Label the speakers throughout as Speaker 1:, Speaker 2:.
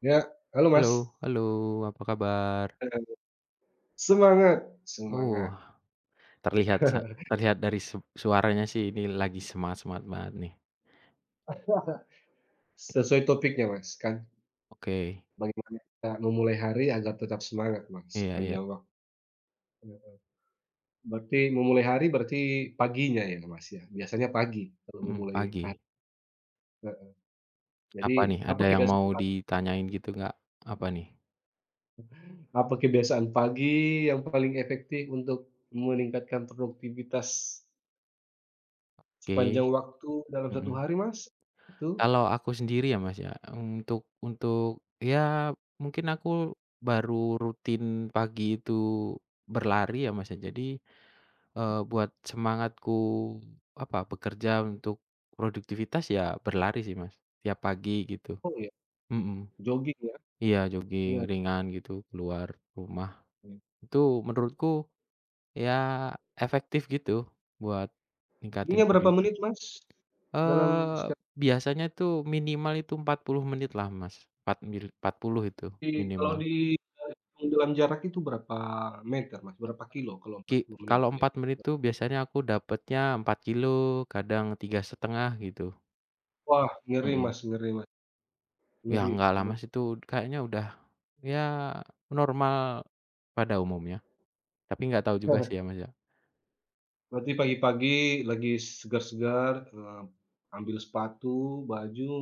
Speaker 1: Ya, halo
Speaker 2: Halo
Speaker 1: Mas.
Speaker 2: halo, apa kabar?
Speaker 1: Eee, semangat semangat.
Speaker 2: Uh, terlihat sa terlihat dari suaranya sih ini lagi semangat-semangat banget nih.
Speaker 1: Sesuai topiknya Mas, kan
Speaker 2: Oke,
Speaker 1: bagaimana kita memulai hari agar tetap semangat Mas,
Speaker 2: iya iya,
Speaker 1: panjang waktu. Berarti memulai hari berarti paginya ya Mas ya? Biasanya pagi kalau
Speaker 2: mhm,
Speaker 1: memulai
Speaker 2: pagi.
Speaker 1: hari heeh. Jadi
Speaker 2: Apa nih,
Speaker 1: apa
Speaker 2: ada yang
Speaker 1: kebiasaan
Speaker 2: mau
Speaker 1: pagi
Speaker 2: ditanyain gitu nggak? Apa nih?
Speaker 1: apa kebiasaan pagi yang paling efektif untuk meningkatkan produktivitas
Speaker 2: Oke,
Speaker 1: sepanjang waktu dalam satu
Speaker 2: mhm.
Speaker 1: hari Mas? Itu?
Speaker 2: Kalau aku sendiri ya, Mas, ya, untuk untuk ya mungkin aku baru rutin pagi itu berlari ya, Mas, ya, jadi buat semangatku, apa, bekerja untuk produktivitas ya berlari sih, Mas, tiap pagi gitu.
Speaker 1: Oh ya,
Speaker 2: Mhm.
Speaker 1: jogging ya?
Speaker 2: Iya,
Speaker 1: Iya.
Speaker 2: jogging ringan gitu keluar rumah. Itu menurutku ya efektif gitu buat ningkatin
Speaker 1: Jadinya berapa
Speaker 2: produktivitas.
Speaker 1: menit, Mas? Dalam
Speaker 2: Eee, biasanya tuh minimal itu 40 menit lah, Mas, empat mil 40 itu
Speaker 1: sekali kalau
Speaker 2: minimal.
Speaker 1: dihitung dalam jarak itu berapa meter, Mas? Berapa kilo kalau 40 menit?
Speaker 2: Kalau
Speaker 1: Iya.
Speaker 2: 4 menit tuh biasanya aku dapatnya 4 kilo kadang tiga setengah gitu.
Speaker 1: Wah, ngeri,
Speaker 2: Mhm.
Speaker 1: Mas ngeri, Mas,
Speaker 2: Ya
Speaker 1: ngeri.
Speaker 2: nggak lama
Speaker 1: Ber
Speaker 2: sih itu kayaknya udah, ya normal pada umumnya, tapi nggak tahu juga sih ya, Mas, ya.
Speaker 1: berarti pagi-pagi lagi segar-segar, ambil sepatu, baju,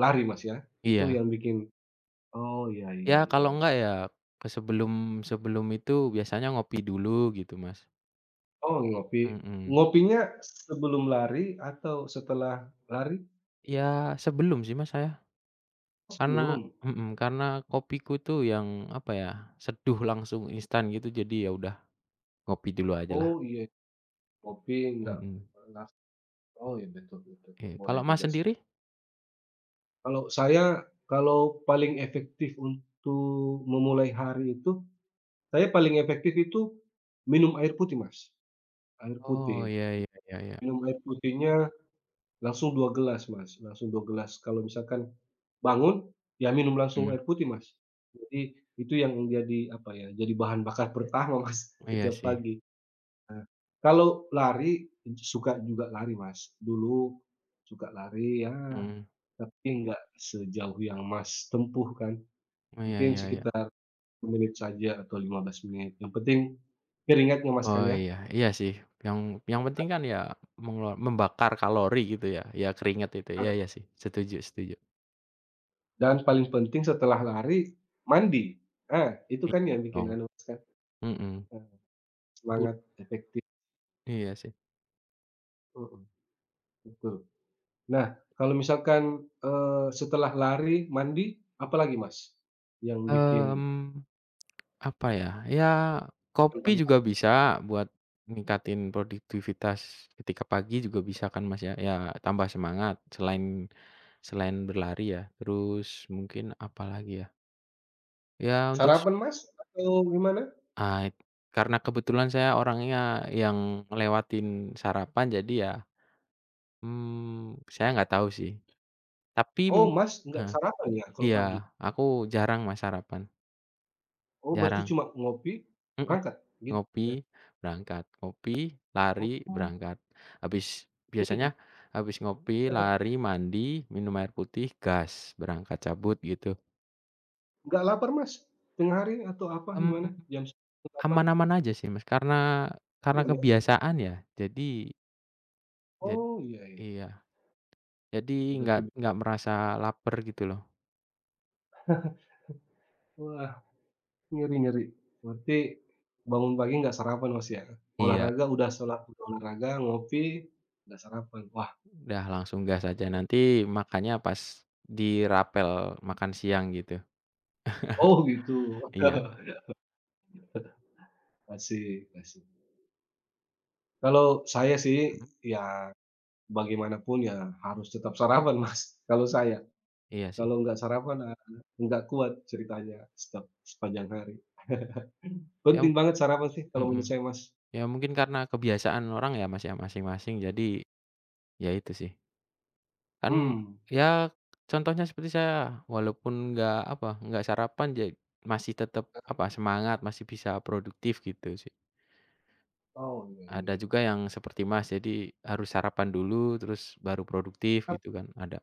Speaker 1: lari, Mas, ya? Itu
Speaker 2: Iya.
Speaker 1: yang bikin oh, iya iya
Speaker 2: Ya
Speaker 1: iya,
Speaker 2: kalau
Speaker 1: iya.
Speaker 2: nggak ya ke sebelum sebelum itu biasanya ngopi dulu gitu, Mas.
Speaker 1: Oh, ngopi.
Speaker 2: Mhm.
Speaker 1: Ngopinya sebelum lari atau setelah lari?
Speaker 2: Ya sebelum sih, Mas, saya. Karena
Speaker 1: Sebelum?
Speaker 2: mhm, karena kopiku tuh yang apa ya, seduh langsung instan gitu jadi ya udah ngopi dulu ajalah.
Speaker 1: Oh, iya. Ngopi nggak
Speaker 2: Mhm.
Speaker 1: oh, iya, betul betul.
Speaker 2: Iya,
Speaker 1: Boleh
Speaker 2: kalau Mas
Speaker 1: juga sih.
Speaker 2: sendiri?
Speaker 1: Kalau saya, kalau paling efektif untuk memulai hari itu, saya paling efektif itu minum air putih, Mas. Air
Speaker 2: Oh,
Speaker 1: putih.
Speaker 2: iya iya iya iya.
Speaker 1: Minum air putihnya langsung 2 gelas, Mas, langsung 2 gelas. Kalau misalkan bangun, ya minum langsung
Speaker 2: Mhm,
Speaker 1: air putih, Mas. Jadi itu yang jadi, apa ya, jadi bahan bakar pertama, Mas,
Speaker 2: iya
Speaker 1: setiap
Speaker 2: sih.
Speaker 1: pagi. Nah, kalau lari, suka juga lari, Mas. Dulu suka lari, ya.
Speaker 2: Mhm.
Speaker 1: Tapi nggak sejauh yang Mas tempuh kan,
Speaker 2: Iya
Speaker 1: mungkin
Speaker 2: iya iya.
Speaker 1: sekitar 10 menit saja atau 15 menit, yang penting keringatnya Mas kan
Speaker 2: Oh
Speaker 1: ya?
Speaker 2: iya iya sih yang yang penting kan ya membakar kalori gitu ya, ya keringat itu iya
Speaker 1: Heeh,
Speaker 2: iya sih setuju setuju.
Speaker 1: dan paling penting setelah lari, mandi. Ah, itu
Speaker 2: Iya
Speaker 1: kan yang
Speaker 2: dong,
Speaker 1: bikin anu Mas kan,
Speaker 2: mhm,
Speaker 1: eee,
Speaker 2: tut
Speaker 1: semangat, efektif,
Speaker 2: iya sih,
Speaker 1: mhm, betul. Nah, kalau misalkan, setelah lari, mandi, apalagi Mas, yang bikin
Speaker 2: mmm, apa ya, ya
Speaker 1: kalau
Speaker 2: kopi
Speaker 1: pagi
Speaker 2: juga
Speaker 1: hari?
Speaker 2: bisa buat ningkatin produktivitas ketika pagi juga bisa kan Mas ya, ya tambah semangat selain selain berlari ya terus mungkin apa lagi ya, ya untuk s
Speaker 1: Sarapan Mas atau gimana?
Speaker 2: ah, karena kebetulan saya orangnya yang ngelewatin sarapan jadi ya saya nggak tahu sih, tapi
Speaker 1: Oh
Speaker 2: mung
Speaker 1: Mas nggak
Speaker 2: heeh,
Speaker 1: sarapan ya kalau
Speaker 2: iya,
Speaker 1: pagi?
Speaker 2: aku jarang, Mas, sarapan,
Speaker 1: Oh berarti
Speaker 2: jarang,
Speaker 1: cuma ngopi,
Speaker 2: mhm,
Speaker 1: berangkat gitu?
Speaker 2: ngopi, berangkat, ngopi, lari,
Speaker 1: Oh,
Speaker 2: berangkat, habis biasanya
Speaker 1: beda?
Speaker 2: habis ngopi, lari, mandi, minum air putih, gas, berangkat, cabut, gitu.
Speaker 1: Nggak lapar, Mas? Tengah hari atau apa gimana?
Speaker 2: Mmm,
Speaker 1: Jam 9 lapar?
Speaker 2: aman-aman aja sih, Mas, karena
Speaker 1: Belum ya?
Speaker 2: kebiasaan ya, jadi jad
Speaker 1: Oh, iya iya,
Speaker 2: iya, jadi
Speaker 1: udah keb
Speaker 2: nggak merasa laper gitu loh.
Speaker 1: wah, ngeri ngeri. Berarti bangun pagi nggak sarapan, Mas, ya?
Speaker 2: Iya.
Speaker 1: Olahraga udah sholat udah olahraga, ngopi, nggak sarapan. Wah,
Speaker 2: Udah langsung gas aja, nanti makannya pas di rapel makan siang gitu.
Speaker 1: oh gitu.
Speaker 2: Iya,
Speaker 1: Asik asik. Kalau saya sih,
Speaker 2: mhm,
Speaker 1: ya bagaimanapun ya harus tetap sarapan, Mas, kalau saya.
Speaker 2: iya sih.
Speaker 1: Kalau nggak sarapan, nggak kuat ceritanya setiap sepanjang hari.
Speaker 2: Ya
Speaker 1: Penting banget sarapan sih kalau
Speaker 2: mhm,
Speaker 1: menurut saya, Mas.
Speaker 2: ya mungkin karena kebiasaan orang ya, Mas, ya, masing-masing jadi ya itu sih. Kan
Speaker 1: Mhm.
Speaker 2: ya contohnya seperti saya, walaupun nggak apa, nggak sarapan masih tetap apa, semangat, masih bisa produktif gitu sih.
Speaker 1: Oh, iya iya
Speaker 2: Ada juga
Speaker 1: iya.
Speaker 2: yang seperti Mas, jadi harus sarapan dulu terus baru produktif
Speaker 1: Ap
Speaker 2: gitu kan ada.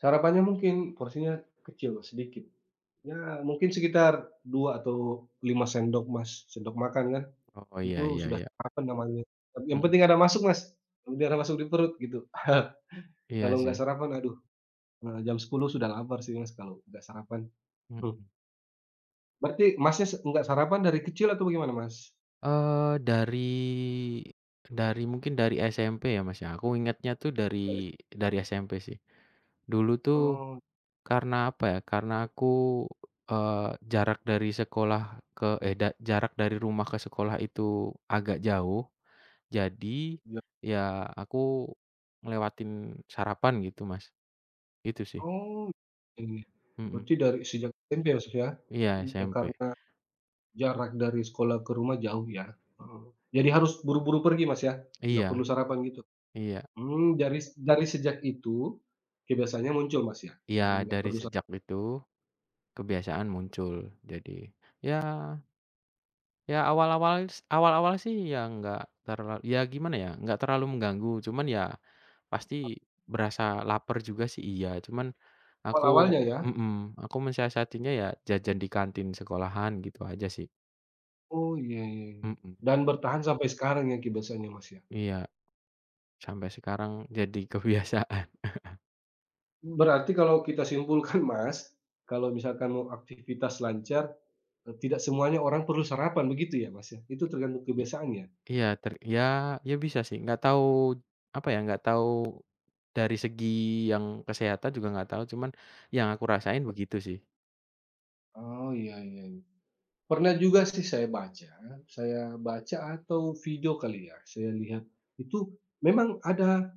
Speaker 1: sarapannya mungkin porsinya kecil, sedikit. Ya mungkin sekitar 2 atau 5 sendok, Mas, sendok makan kan,
Speaker 2: Oh oh, iya
Speaker 1: itu
Speaker 2: iya
Speaker 1: sudah
Speaker 2: iya,
Speaker 1: sarapan namanya. Tapi yang
Speaker 2: mhm,
Speaker 1: penting ada masuk, Mas, yang penting ada masuk di perut gitu.
Speaker 2: iya
Speaker 1: Kalau
Speaker 2: sih,
Speaker 1: nggak sarapan, aduh, jam 10 sudah lapar sih, Mas, kalau nggak sarapan. Hmm,
Speaker 2: mhm.
Speaker 1: berarti Masnya se nggak sarapan dari kecil atau bagaimana, Mas?
Speaker 2: Eee, dari mungkin dari SMP ya, Mas, ya, aku ingatnya tuh
Speaker 1: Dari
Speaker 2: dari SMP sih. Dulu tuh
Speaker 1: oh.
Speaker 2: karena apa ya, karena aku, jarak dari rumah ke sekolah itu agak jauh, jadi ya aku ngelewatin sarapan gitu, Mas, itu sih.
Speaker 1: Oh, iya.
Speaker 2: Mhm,
Speaker 1: Berarti dari sejak SMP ya, Mas, ya?
Speaker 2: iya
Speaker 1: Ya
Speaker 2: SMP.
Speaker 1: karena jarak dari sekolah ke rumah jauh ya? Heeh. Jadi harus buru-buru pergi, Mas, ya? Nggak perlu
Speaker 2: Iya
Speaker 1: sarapan gitu?
Speaker 2: iya
Speaker 1: Mmm, dari sejak itu kebiasaannya muncul, Mas, ya?
Speaker 2: iya,
Speaker 1: Jadi nggak
Speaker 2: dari
Speaker 1: perlu sarapan.
Speaker 2: sejak itu kebiasaan muncul. Jadi ya awal-awal sih ya nggak terlalu ya gimana ya, nggak terlalu mengganggu, cuman ya pasti berasa lapar juga sih iya, cuman aku
Speaker 1: Awal-awalnya ya?
Speaker 2: mhm, aku mensiasatinya ya jajan di kantin sekolahan gitu aja sih.
Speaker 1: Oh, iya iya iya.
Speaker 2: Mhm,
Speaker 1: Dan bertahan sampai sekarang ya kebiasaannya, Mas, ya?
Speaker 2: iya, sampai sekarang jadi kebiasaan.
Speaker 1: Berarti kalau kita simpulkan, Mas, kalau misalkan mau aktivitas lancar, tidak semuanya orang perlu sarapan begitu ya, Mas, ya? Itu tergantung
Speaker 2: I
Speaker 1: kebiasaan ya?
Speaker 2: iya ter ya ya bisa sih, nggak tahu apa ya, nggak tahu dari segi yang kesehatan juga nggak tahu, cuman yang aku rasain begitu sih.
Speaker 1: Oh, iya iya iya. Pernah juga sih saya baca atau video kali ya, saya lihat, itu memang ada,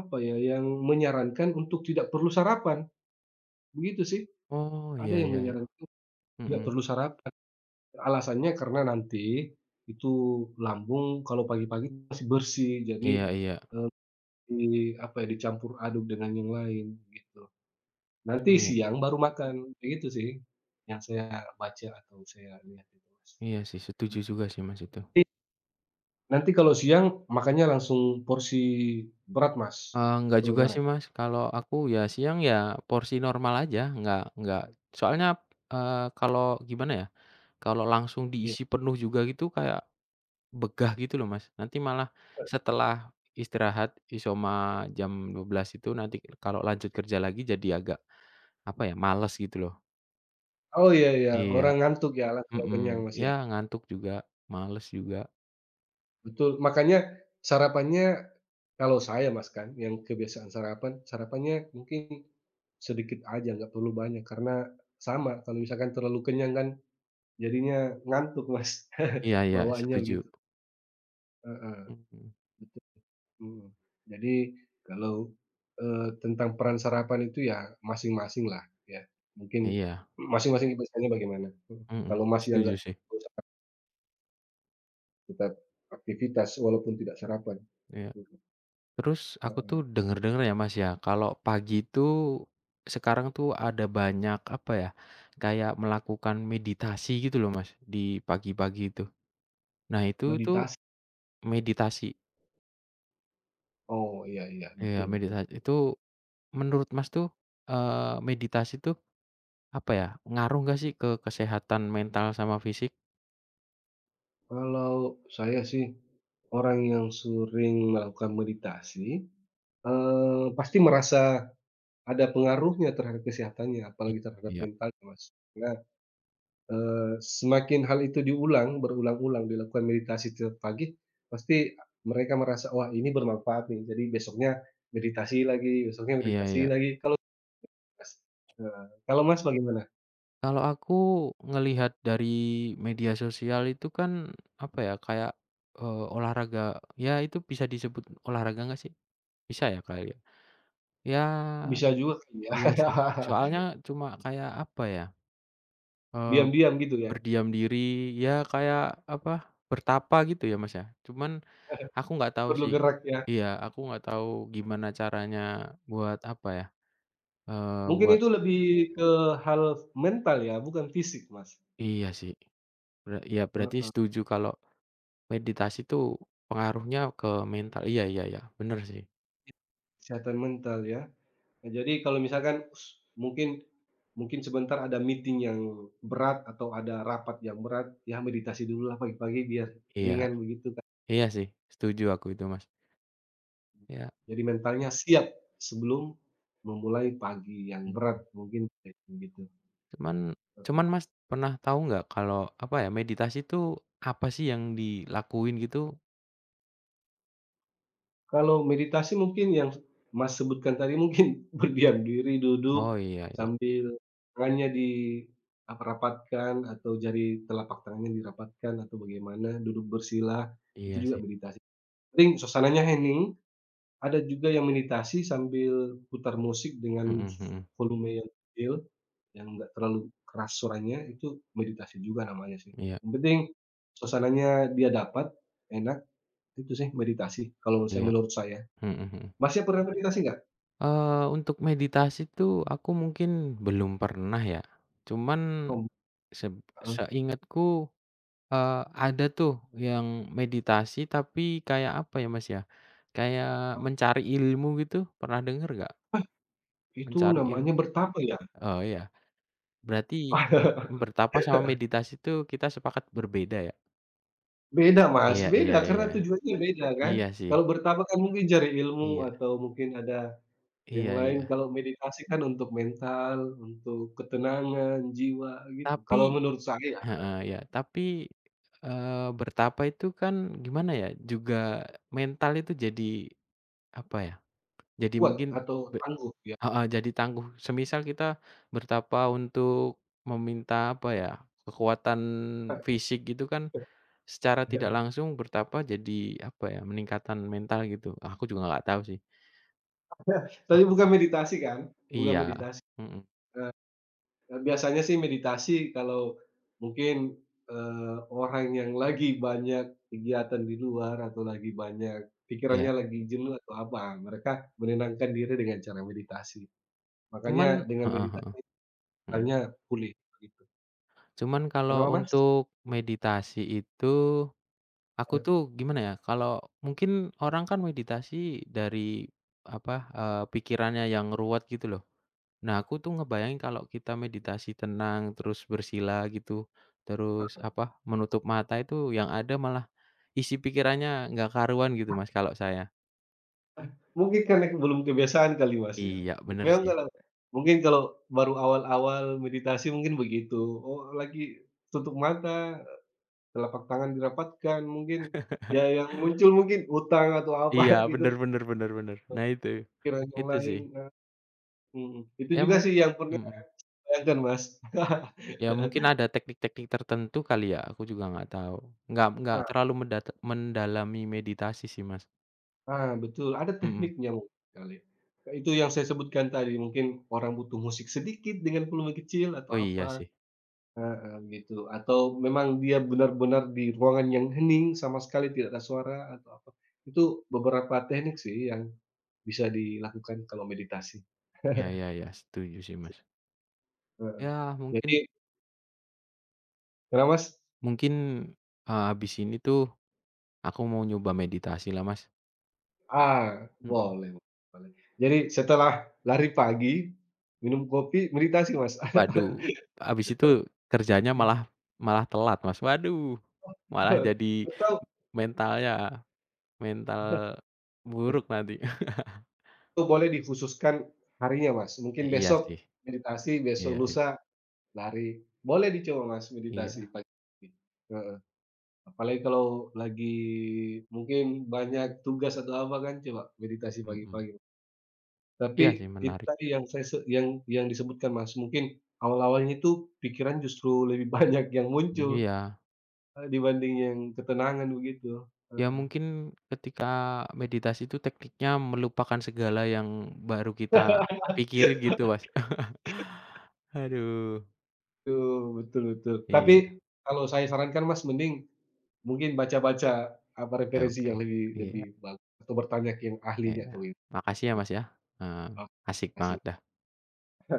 Speaker 1: apa ya, yang menyarankan untuk tidak perlu sarapan, begitu sih.
Speaker 2: Oh, iya
Speaker 1: Ada yang
Speaker 2: iya iya,
Speaker 1: menyarankan tidak
Speaker 2: mhm,
Speaker 1: perlu sarapan, alasannya karena nanti itu lambung kalau pagi-pagi masih bersih, jadi
Speaker 2: iya iya,
Speaker 1: di, apa ya, dicampur aduk dengan yang lain, gitu. Nanti
Speaker 2: oh ya.
Speaker 1: siang baru makan, begitu sih, yang saya baca atau saya lihat itu, Mas.
Speaker 2: Iya sih, setuju juga sih, Mas, itu.
Speaker 1: Nanti kalau siang makannya langsung porsi berat, Mas,
Speaker 2: Enggak
Speaker 1: atau
Speaker 2: juga
Speaker 1: gimana?
Speaker 2: sih, Mas, kalau aku ya siang ya porsi normal aja, enggak soalnya, eee, kalau gimana ya, kalau langsung
Speaker 1: Iya.
Speaker 2: diisi penuh juga gitu kayak begah gitu loh, Mas. Nanti malah setelah istirahat isoma jam dua belas itu nanti kalau lanjut kerja lagi jadi agak, apa ya, males gitu loh.
Speaker 1: E oh, iya iya,
Speaker 2: Iya,
Speaker 1: orang ngantuk ya la kalau
Speaker 2: mhm,
Speaker 1: kenyang, Mas,
Speaker 2: ya
Speaker 1: ya.
Speaker 2: ngantuk juga, males juga.
Speaker 1: Betul, makanya sarapannya kalau saya, Mas, kan yang kebiasaan sarapan, sarapannya mungkin sedikit aja, nggak perlu banyak, karena sama, kalau misalkan terlalu kenyang kan jadinya ngantuk, Mas,
Speaker 2: Iya iya,
Speaker 1: bawaannya
Speaker 2: setuju.
Speaker 1: gitu. Heeh,
Speaker 2: Mhm,
Speaker 1: betul. Mhm. Jadi kalau, tentang peran sarapan itu ya masing-masing lah ya, mungkin
Speaker 2: iya,
Speaker 1: masing-masing kebiasaannya bagaimana? Mhm.
Speaker 2: mhm,
Speaker 1: Kalau masih yang
Speaker 2: setuju
Speaker 1: nggak
Speaker 2: sih,
Speaker 1: tetap aktivitas walaupun tidak sarapan.
Speaker 2: iya.
Speaker 1: Mhm,
Speaker 2: Terus aku tuh
Speaker 1: heeh.
Speaker 2: denger-denger ya, Mas, ya, kalau pagi tuh sekarang tuh ada banyak apa ya, kayak melakukan meditasi gitu loh, Mas, di pagi-pagi itu. Nah itu tuh
Speaker 1: Meditasi,
Speaker 2: meditasi
Speaker 1: oh iya iya,
Speaker 2: ya
Speaker 1: betul betul.
Speaker 2: meditasi itu menurut Mas tuh, eee, meditasi tuh apa ya, ngaruh nggak sih ke kesehatan mental sama fisik?
Speaker 1: Kalau saya sih orang yang sering melakukan meditasi, pasti merasa ada pengaruhnya terhadap kesehatannya
Speaker 2: I
Speaker 1: apalagi terhadap
Speaker 2: iya,
Speaker 1: mentalnya Mas. Nah semakin hal itu diulang, berulang-ulang dilakukan meditasi tiap pagi, pasti mereka merasa, "Wah, ini bermanfaat nih." Jadi besoknya
Speaker 2: iya
Speaker 1: meditasi
Speaker 2: iya.
Speaker 1: lagi, kalau Mas heeh, kalau Mas bagaimana?
Speaker 2: Kalau aku ngelihat dari media sosial itu kan, apa ya, kayak, olahraga ya itu bisa disebut olahraga nggak sih? Bisa ya kali ya? Ya,
Speaker 1: Bisa juga kali ya?
Speaker 2: iya sih. Soalnya cuma kayak, apa ya, eee,
Speaker 1: Diam-diam gitu ya?
Speaker 2: berdiam diri, ya kayak, apa, bertapa gitu ya, Mas, ya. Cuman aku nggak tahu
Speaker 1: Perlu
Speaker 2: sih
Speaker 1: gerak ya?
Speaker 2: iya, aku nggak tahu gimana caranya buat, apa ya, eee,
Speaker 1: Mungkin
Speaker 2: buat
Speaker 1: itu lebih ke hal mental ya, bukan fisik, Mas.
Speaker 2: iya sih, iya berarti
Speaker 1: Heeh,
Speaker 2: setuju kalau meditasi tuh pengaruhnya ke mental iya iya iya, bener sih.
Speaker 1: kesehatan mental ya. Nah, jadi kalau misalkan us, mungkin mungkin sebentar ada meeting yang berat atau ada rapat yang berat, ya meditasi dululah pagi-pagi biar
Speaker 2: Iya
Speaker 1: ringan begitu, Kak.
Speaker 2: iya sih, setuju aku itu, Mas. Iya,
Speaker 1: Jadi mentalnya siap sebelum memulai pagi yang berat
Speaker 2: mhm.
Speaker 1: mungkin kayak begitu,
Speaker 2: Cuman
Speaker 1: heeh.
Speaker 2: cuman Mas pernah tahu nggak kalau, apa ya, meditasi itu apa sih yang dilakuin gitu?
Speaker 1: Kalau meditasi mungkin yang Mas sebutkan tadi mungkin berdiam diri, duduk
Speaker 2: Oh, iya iya.
Speaker 1: sambil tangannya dirapatkan atau jari telapak tangannya dirapatkan atau bagaimana, duduk bersila,
Speaker 2: Iya
Speaker 1: itu juga
Speaker 2: sih.
Speaker 1: meditasi. Penting suasananya hening. Ada juga yang meditasi sambil putar musik
Speaker 2: Mhm
Speaker 1: dengan
Speaker 2: mhm.
Speaker 1: volume yang kecil, yang enggak terlalu keras suaranya, itu meditasi juga namanya sih.
Speaker 2: Iya
Speaker 1: Yang penting suasananya dia dapat, enak, itu sih meditasi kalau menurut saya
Speaker 2: iya.
Speaker 1: menurut saya.
Speaker 2: Mhm mhm.
Speaker 1: Masnya pernah meditasi nggak?
Speaker 2: Eee, untuk meditasi tuh aku mungkin belum pernah ya, cuman
Speaker 1: Mmm,
Speaker 2: seb
Speaker 1: heeh.
Speaker 2: seingatku Eee, ada tuh yang meditasi tapi kayak apa ya, Mas, ya, kayak
Speaker 1: Oh,
Speaker 2: mencari ilmu gitu, pernah denger nggak?
Speaker 1: itu
Speaker 2: Mencari il
Speaker 1: namanya bertapa ya?
Speaker 2: oh, iya, berarti bertapa sama meditasi itu kita sepakat berbeda ya?
Speaker 1: Beda Mas,
Speaker 2: Iya iya
Speaker 1: beda
Speaker 2: iya.
Speaker 1: karena tujuannya beda kan.
Speaker 2: Iya sih,
Speaker 1: Kalau bertapa kan mungkin cari ilmu
Speaker 2: iya
Speaker 1: atau mungkin ada yang
Speaker 2: iya
Speaker 1: lain,
Speaker 2: iya.
Speaker 1: kalau meditasi kan untuk mental, untuk ketenangan jiwa gitu, kalau
Speaker 2: Tapi
Speaker 1: menurut saya ya,
Speaker 2: heeh, iya, tapi, bertapa itu kan gimana ya, juga mental itu jadi apa ya, jadi
Speaker 1: kuat
Speaker 2: mungkin
Speaker 1: atau
Speaker 2: be
Speaker 1: tangguh ya.
Speaker 2: Heeh, jadi tangguh. Semisal kita bertapa untuk meminta, apa ya, kekuatan fisik gitu kan, secara tidak langsung bertapa jadi, apa ya, meningkatan mental gitu. Aku juga nggak tahu sih.
Speaker 1: Tapi
Speaker 2: Aku
Speaker 1: bukan
Speaker 2: tuh
Speaker 1: meditasi kan? Bukan
Speaker 2: iya,
Speaker 1: meditasi.
Speaker 2: mhm,
Speaker 1: Biasanya sih meditasi kalau mungkin, orang yang lagi banyak kegiatan di luar atau lagi banyak
Speaker 2: iya.
Speaker 1: pikirannya lagi jenuh atau apa, mereka menenangkan diri dengan cara meditasi. Makanya
Speaker 2: Cuman
Speaker 1: dengan
Speaker 2: heeh heeh,
Speaker 1: meditasi
Speaker 2: mhm.
Speaker 1: mentalnya pulih, begitu.
Speaker 2: Cuman kalau
Speaker 1: Kenapa Mas?
Speaker 2: untuk meditasi itu, aku tuh gimana ya, kalau mungkin orang kan meditasi dari, apa, pikirannya yang ruwet gitu loh. Nah, aku tuh ngebayangin kalau kita meditasi tenang, terus bersila gitu, terus apa, menutup mata itu yang ada malah isi pikirannya nggak karuan gitu, Mas, kalau saya.
Speaker 1: Mungkin karena belum kebiasaan kali, Mas, ya.
Speaker 2: Iya, bener
Speaker 1: Memang
Speaker 2: sih.
Speaker 1: kalau mungkin kalau baru awal-awal meditasi mungkin begitu, oh lagi tutup mata, telapak tangan dirapatkan mungkin, ya yang muncul mungkin utang atau apa
Speaker 2: Iya, bener
Speaker 1: gitu,
Speaker 2: bener bener bener. Nah
Speaker 1: pikiran yang
Speaker 2: itu
Speaker 1: lain,
Speaker 2: sih.
Speaker 1: mhm. Itu
Speaker 2: Ya
Speaker 1: juga sih
Speaker 2: mungkin
Speaker 1: yang pernah bayangkan, Mas.
Speaker 2: Ya mungkin ada teknik-teknik tertentu kali ya, aku juga nggak tahu. Nggak
Speaker 1: Heeh,
Speaker 2: terlalu mendalami meditasi sih, Mas.
Speaker 1: ah, betul, ada
Speaker 2: Mhm.
Speaker 1: tekniknya mungkin kali. Itu yang saya sebutkan tadi, mungkin orang butuh musik sedikit dengan volume kecil atau
Speaker 2: Oh iya
Speaker 1: apa.
Speaker 2: sih.
Speaker 1: Heeh, gitu. Atau memang dia benar-benar di ruangan yang hening, sama sekali tidak ada suara atau apa. Itu beberapa teknik sih yang bisa dilakukan kalau meditasi.
Speaker 2: Ya ya ya setuju sih, Mas.
Speaker 1: Heeh.
Speaker 2: Ya
Speaker 1: Jadi
Speaker 2: mungkin
Speaker 1: kenapa Mas?
Speaker 2: mungkin, habis ini tuh aku mau nyoba meditasi lah, Mas.
Speaker 1: Ah,
Speaker 2: Mhm.
Speaker 1: boleh boleh. Jadi setelah lari pagi, minum kopi, meditasi, Mas.
Speaker 2: Waduh, habis itu kerjanya
Speaker 1: Gitu.
Speaker 2: malah malah telat, Mas. Waduh, malah jadi
Speaker 1: Atau
Speaker 2: mentalnya mental buruk nanti.
Speaker 1: atau boleh dikhususkan harinya, Mas. Mungkin
Speaker 2: Eh, iya sih.
Speaker 1: besok meditasi, besok
Speaker 2: Iya iya
Speaker 1: lusa lari. Boleh dicoba, Mas,
Speaker 2: iya,
Speaker 1: meditasi pagi. Heeh. Apalagi kalau lagi mungkin banyak tugas atau apa kan, coba meditasi
Speaker 2: mhm.
Speaker 1: pagi-pagi. Tapi
Speaker 2: Iya sih
Speaker 1: itu
Speaker 2: menarik.
Speaker 1: tadi yang saya se yang disebutkan Mas, mungkin awal-awalnya itu pikiran justru lebih banyak yang
Speaker 2: Mmm,
Speaker 1: muncul,
Speaker 2: iya.
Speaker 1: dibanding yang ketenangan begitu.
Speaker 2: Ya
Speaker 1: Heeh.
Speaker 2: mungkin ketika meditasi itu tekniknya melupakan segala yang baru kita pikirin gitu, Mas. Aduh,
Speaker 1: Betul betul betul. Tapi
Speaker 2: iya.
Speaker 1: kalau saya sarankan Mas mending mungkin baca-baca apa
Speaker 2: Oke
Speaker 1: referensi
Speaker 2: oke.
Speaker 1: yang lebih
Speaker 2: Iya
Speaker 1: lebih bagus atau bertanya ke yang ahlinya
Speaker 2: iya.
Speaker 1: atau ini.
Speaker 2: Makasih ya,
Speaker 1: Oke,
Speaker 2: Mas, ya. Eee,
Speaker 1: terima
Speaker 2: asik banget
Speaker 1: kasih.
Speaker 2: dah.